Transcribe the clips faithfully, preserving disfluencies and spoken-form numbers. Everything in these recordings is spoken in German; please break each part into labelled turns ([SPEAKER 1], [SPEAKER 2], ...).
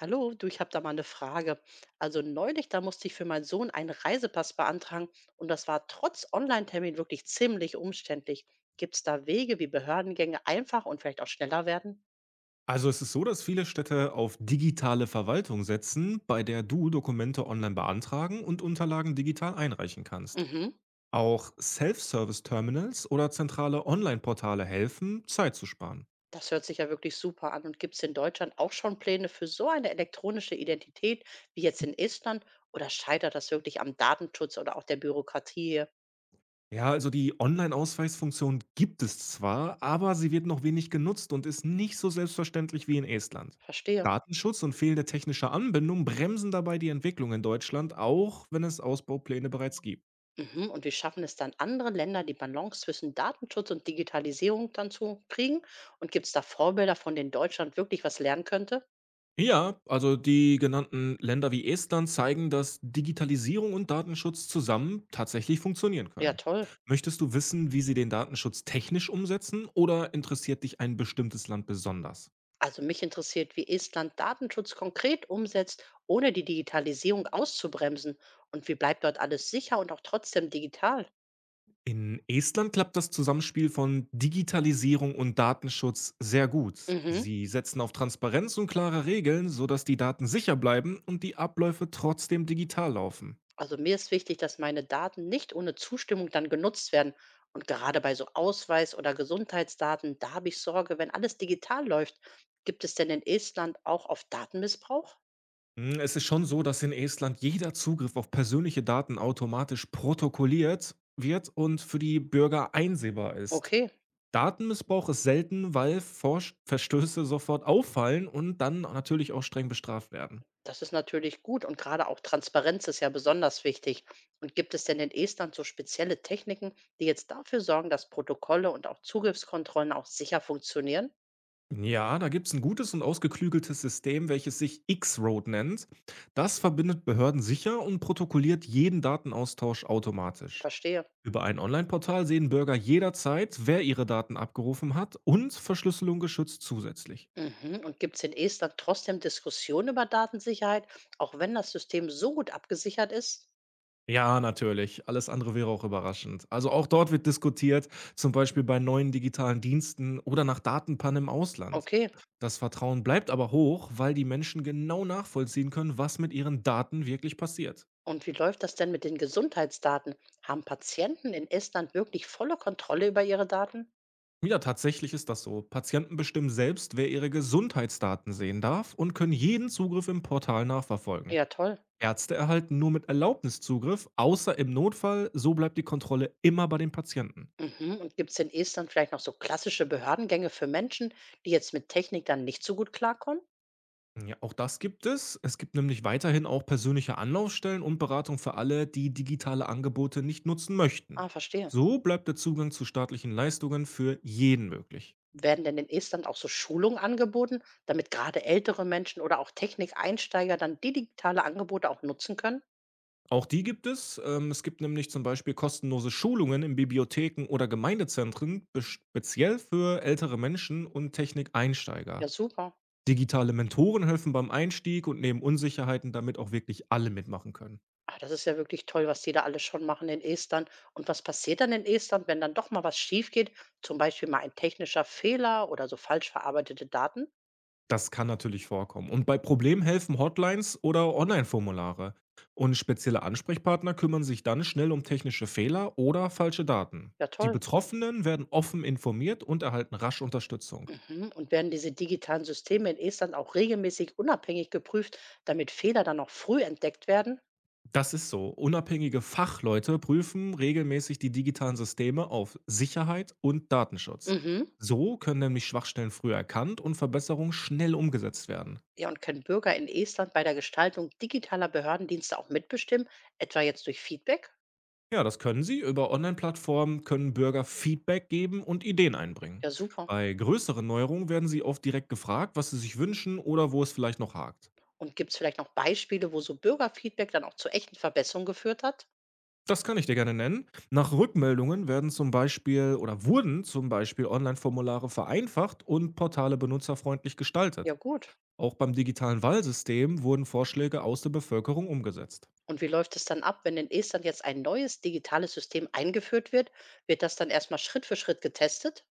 [SPEAKER 1] Hallo, du, ich habe da mal eine Frage. Also neulich, da musste ich für meinen Sohn einen Reisepass beantragen und das war trotz Online-Termin wirklich ziemlich umständlich. Gibt es da Wege, wie Behördengänge einfach und vielleicht auch schneller werden?
[SPEAKER 2] Also es ist so, dass viele Städte auf digitale Verwaltung setzen, bei der du Dokumente online beantragen und Unterlagen digital einreichen kannst.
[SPEAKER 1] Mhm,
[SPEAKER 2] Auch Self-Service-Terminals oder zentrale Online-Portale helfen, Zeit zu sparen.
[SPEAKER 1] das hört sich ja wirklich super an. Und gibt es in Deutschland auch schon Pläne für so eine elektronische Identität wie jetzt in Estland? Oder scheitert das wirklich am Datenschutz oder auch der Bürokratie hier?
[SPEAKER 2] Ja, also die Online-Ausweisfunktion gibt es zwar, aber sie wird noch wenig genutzt und ist nicht so selbstverständlich wie in Estland.
[SPEAKER 1] Verstehe.
[SPEAKER 2] Datenschutz und fehlende technische Anbindung bremsen dabei die Entwicklung in Deutschland, auch wenn es Ausbaupläne bereits gibt.
[SPEAKER 1] Mhm. Und wie schaffen es dann andere Länder, die Balance zwischen Datenschutz und Digitalisierung dann zu kriegen? Und gibt es da Vorbilder, von denen Deutschland wirklich was lernen könnte?
[SPEAKER 2] Ja, also die genannten Länder wie Estland zeigen, dass Digitalisierung und Datenschutz zusammen tatsächlich funktionieren
[SPEAKER 1] Ja,
[SPEAKER 2] können.
[SPEAKER 1] toll.
[SPEAKER 2] Möchtest du wissen, wie sie den Datenschutz technisch umsetzen, oder interessiert dich ein bestimmtes Land besonders?
[SPEAKER 1] Also mich interessiert, wie Estland Datenschutz konkret umsetzt, ohne die Digitalisierung auszubremsen. Und wie bleibt dort alles sicher und auch trotzdem digital?
[SPEAKER 2] In Estland klappt das Zusammenspiel von Digitalisierung und Datenschutz sehr gut.
[SPEAKER 1] Mhm.
[SPEAKER 2] Sie setzen auf Transparenz und klare Regeln, sodass die Daten sicher bleiben und die Abläufe trotzdem digital laufen.
[SPEAKER 1] Also mir ist wichtig, dass meine Daten nicht ohne Zustimmung dann genutzt werden. Und gerade bei so Ausweis- oder Gesundheitsdaten, da habe ich Sorge, wenn alles digital läuft. Gibt es denn in Estland auch auf Datenmissbrauch?
[SPEAKER 2] Hm, es ist schon so, dass in Estland jeder Zugriff auf persönliche Daten automatisch protokolliert wird und für die Bürger einsehbar ist.
[SPEAKER 1] Okay,
[SPEAKER 2] Datenmissbrauch ist selten, weil Vorsch- Verstöße sofort auffallen und dann natürlich auch streng bestraft werden.
[SPEAKER 1] das ist natürlich gut und gerade auch Transparenz ist ja besonders wichtig. Und gibt es denn in Estland so spezielle Techniken, die jetzt dafür sorgen, dass Protokolle und auch Zugriffskontrollen auch sicher funktionieren?
[SPEAKER 2] Ja, da gibt es ein gutes und ausgeklügeltes System, welches sich X-Road nennt. Das verbindet Behörden sicher und protokolliert jeden Datenaustausch automatisch.
[SPEAKER 1] Verstehe.
[SPEAKER 2] Über ein Online-Portal sehen Bürger jederzeit, wer ihre Daten abgerufen hat, und Verschlüsselung geschützt zusätzlich.
[SPEAKER 1] Mhm. Und gibt es in Estland trotzdem Diskussionen über Datensicherheit, auch wenn das System so gut abgesichert ist?
[SPEAKER 2] Ja, natürlich. Alles andere wäre auch überraschend. Also auch dort wird diskutiert, zum Beispiel bei neuen digitalen Diensten oder nach Datenpannen im Ausland.
[SPEAKER 1] Okay.
[SPEAKER 2] Das Vertrauen bleibt aber hoch, weil die Menschen genau nachvollziehen können, was mit ihren Daten wirklich passiert.
[SPEAKER 1] Und wie läuft das denn mit den Gesundheitsdaten? Haben Patienten in Estland wirklich volle Kontrolle über ihre Daten?
[SPEAKER 2] Ja, tatsächlich ist das so. Patienten bestimmen selbst, wer ihre Gesundheitsdaten sehen darf, und können jeden Zugriff im Portal nachverfolgen.
[SPEAKER 1] Ja, toll.
[SPEAKER 2] Ärzte erhalten nur mit Erlaubnis Zugriff, außer im Notfall, so bleibt die Kontrolle immer bei den Patienten.
[SPEAKER 1] Mhm. Und gibt es in Estland vielleicht noch so klassische Behördengänge für Menschen, die jetzt mit Technik dann nicht so gut klarkommen?
[SPEAKER 2] Ja, auch das gibt es. Es gibt nämlich weiterhin auch persönliche Anlaufstellen und Beratung für alle, die digitale Angebote nicht nutzen möchten.
[SPEAKER 1] Ah, verstehe.
[SPEAKER 2] So bleibt der Zugang zu staatlichen Leistungen für jeden möglich.
[SPEAKER 1] Werden denn in Estland auch so Schulungen angeboten, damit gerade ältere Menschen oder auch Technikeinsteiger dann digitale Angebote auch nutzen können?
[SPEAKER 2] Auch die gibt es. Ähm, Es gibt nämlich zum Beispiel kostenlose Schulungen in Bibliotheken oder Gemeindezentren, bes- speziell für ältere Menschen und
[SPEAKER 1] Ja,
[SPEAKER 2] Technikeinsteiger.
[SPEAKER 1] super.
[SPEAKER 2] Digitale Mentoren helfen beim Einstieg und nehmen Unsicherheiten, damit auch wirklich alle mitmachen können.
[SPEAKER 1] Ah, das ist ja wirklich toll, was die da alles schon machen in Estland. Und was passiert dann in Estland, wenn dann doch mal was schief geht? Zum Beispiel mal ein technischer Fehler oder so falsch verarbeitete Daten?
[SPEAKER 2] Das kann natürlich vorkommen. Und bei Problemen helfen Hotlines oder Online-Formulare. Und spezielle Ansprechpartner kümmern sich dann schnell um technische Fehler oder falsche Daten.
[SPEAKER 1] Ja,
[SPEAKER 2] Die
[SPEAKER 1] toll.
[SPEAKER 2] Betroffenen werden offen informiert und erhalten rasch Unterstützung.
[SPEAKER 1] Mhm. Und werden diese digitalen Systeme in Estland auch regelmäßig unabhängig geprüft, damit Fehler dann noch früh entdeckt werden?
[SPEAKER 2] Das ist so. Unabhängige Fachleute prüfen regelmäßig die digitalen Systeme auf Sicherheit und Datenschutz.
[SPEAKER 1] Mhm.
[SPEAKER 2] So können nämlich Schwachstellen früh erkannt und Verbesserungen schnell umgesetzt werden.
[SPEAKER 1] Ja, und können Bürger in Estland bei der Gestaltung digitaler Behördendienste auch mitbestimmen, etwa jetzt durch Feedback?
[SPEAKER 2] Ja, das können sie. Über Online-Plattformen können Bürger Feedback geben und Ideen einbringen.
[SPEAKER 1] Ja, super.
[SPEAKER 2] Bei größeren Neuerungen werden sie oft direkt gefragt, was sie sich wünschen oder wo es vielleicht noch hakt.
[SPEAKER 1] Und gibt es vielleicht noch Beispiele, wo so Bürgerfeedback dann auch zu echten Verbesserungen geführt hat?
[SPEAKER 2] Das kann ich dir gerne nennen. Nach Rückmeldungen werden zum Beispiel, oder wurden zum Beispiel, Online-Formulare vereinfacht und Portale benutzerfreundlich gestaltet.
[SPEAKER 1] Ja, gut.
[SPEAKER 2] Auch beim digitalen Wahlsystem wurden Vorschläge aus der Bevölkerung umgesetzt.
[SPEAKER 1] Und wie läuft es dann ab, wenn in Estland jetzt ein neues digitales System eingeführt wird? Wird das dann erstmal Schritt für Schritt getestet?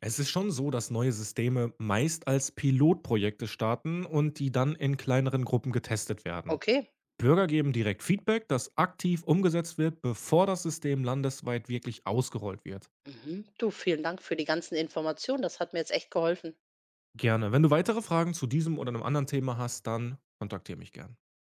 [SPEAKER 2] Es ist schon so, dass neue Systeme meist als Pilotprojekte starten und die dann in kleineren Gruppen getestet werden.
[SPEAKER 1] Okay.
[SPEAKER 2] Bürger geben direkt Feedback, das aktiv umgesetzt wird, bevor das System landesweit wirklich ausgerollt wird.
[SPEAKER 1] Mhm. Du, vielen Dank für die ganzen Informationen. Das hat mir jetzt echt geholfen.
[SPEAKER 2] Gerne. Wenn du weitere Fragen zu diesem oder einem anderen Thema hast, dann kontaktiere mich gern.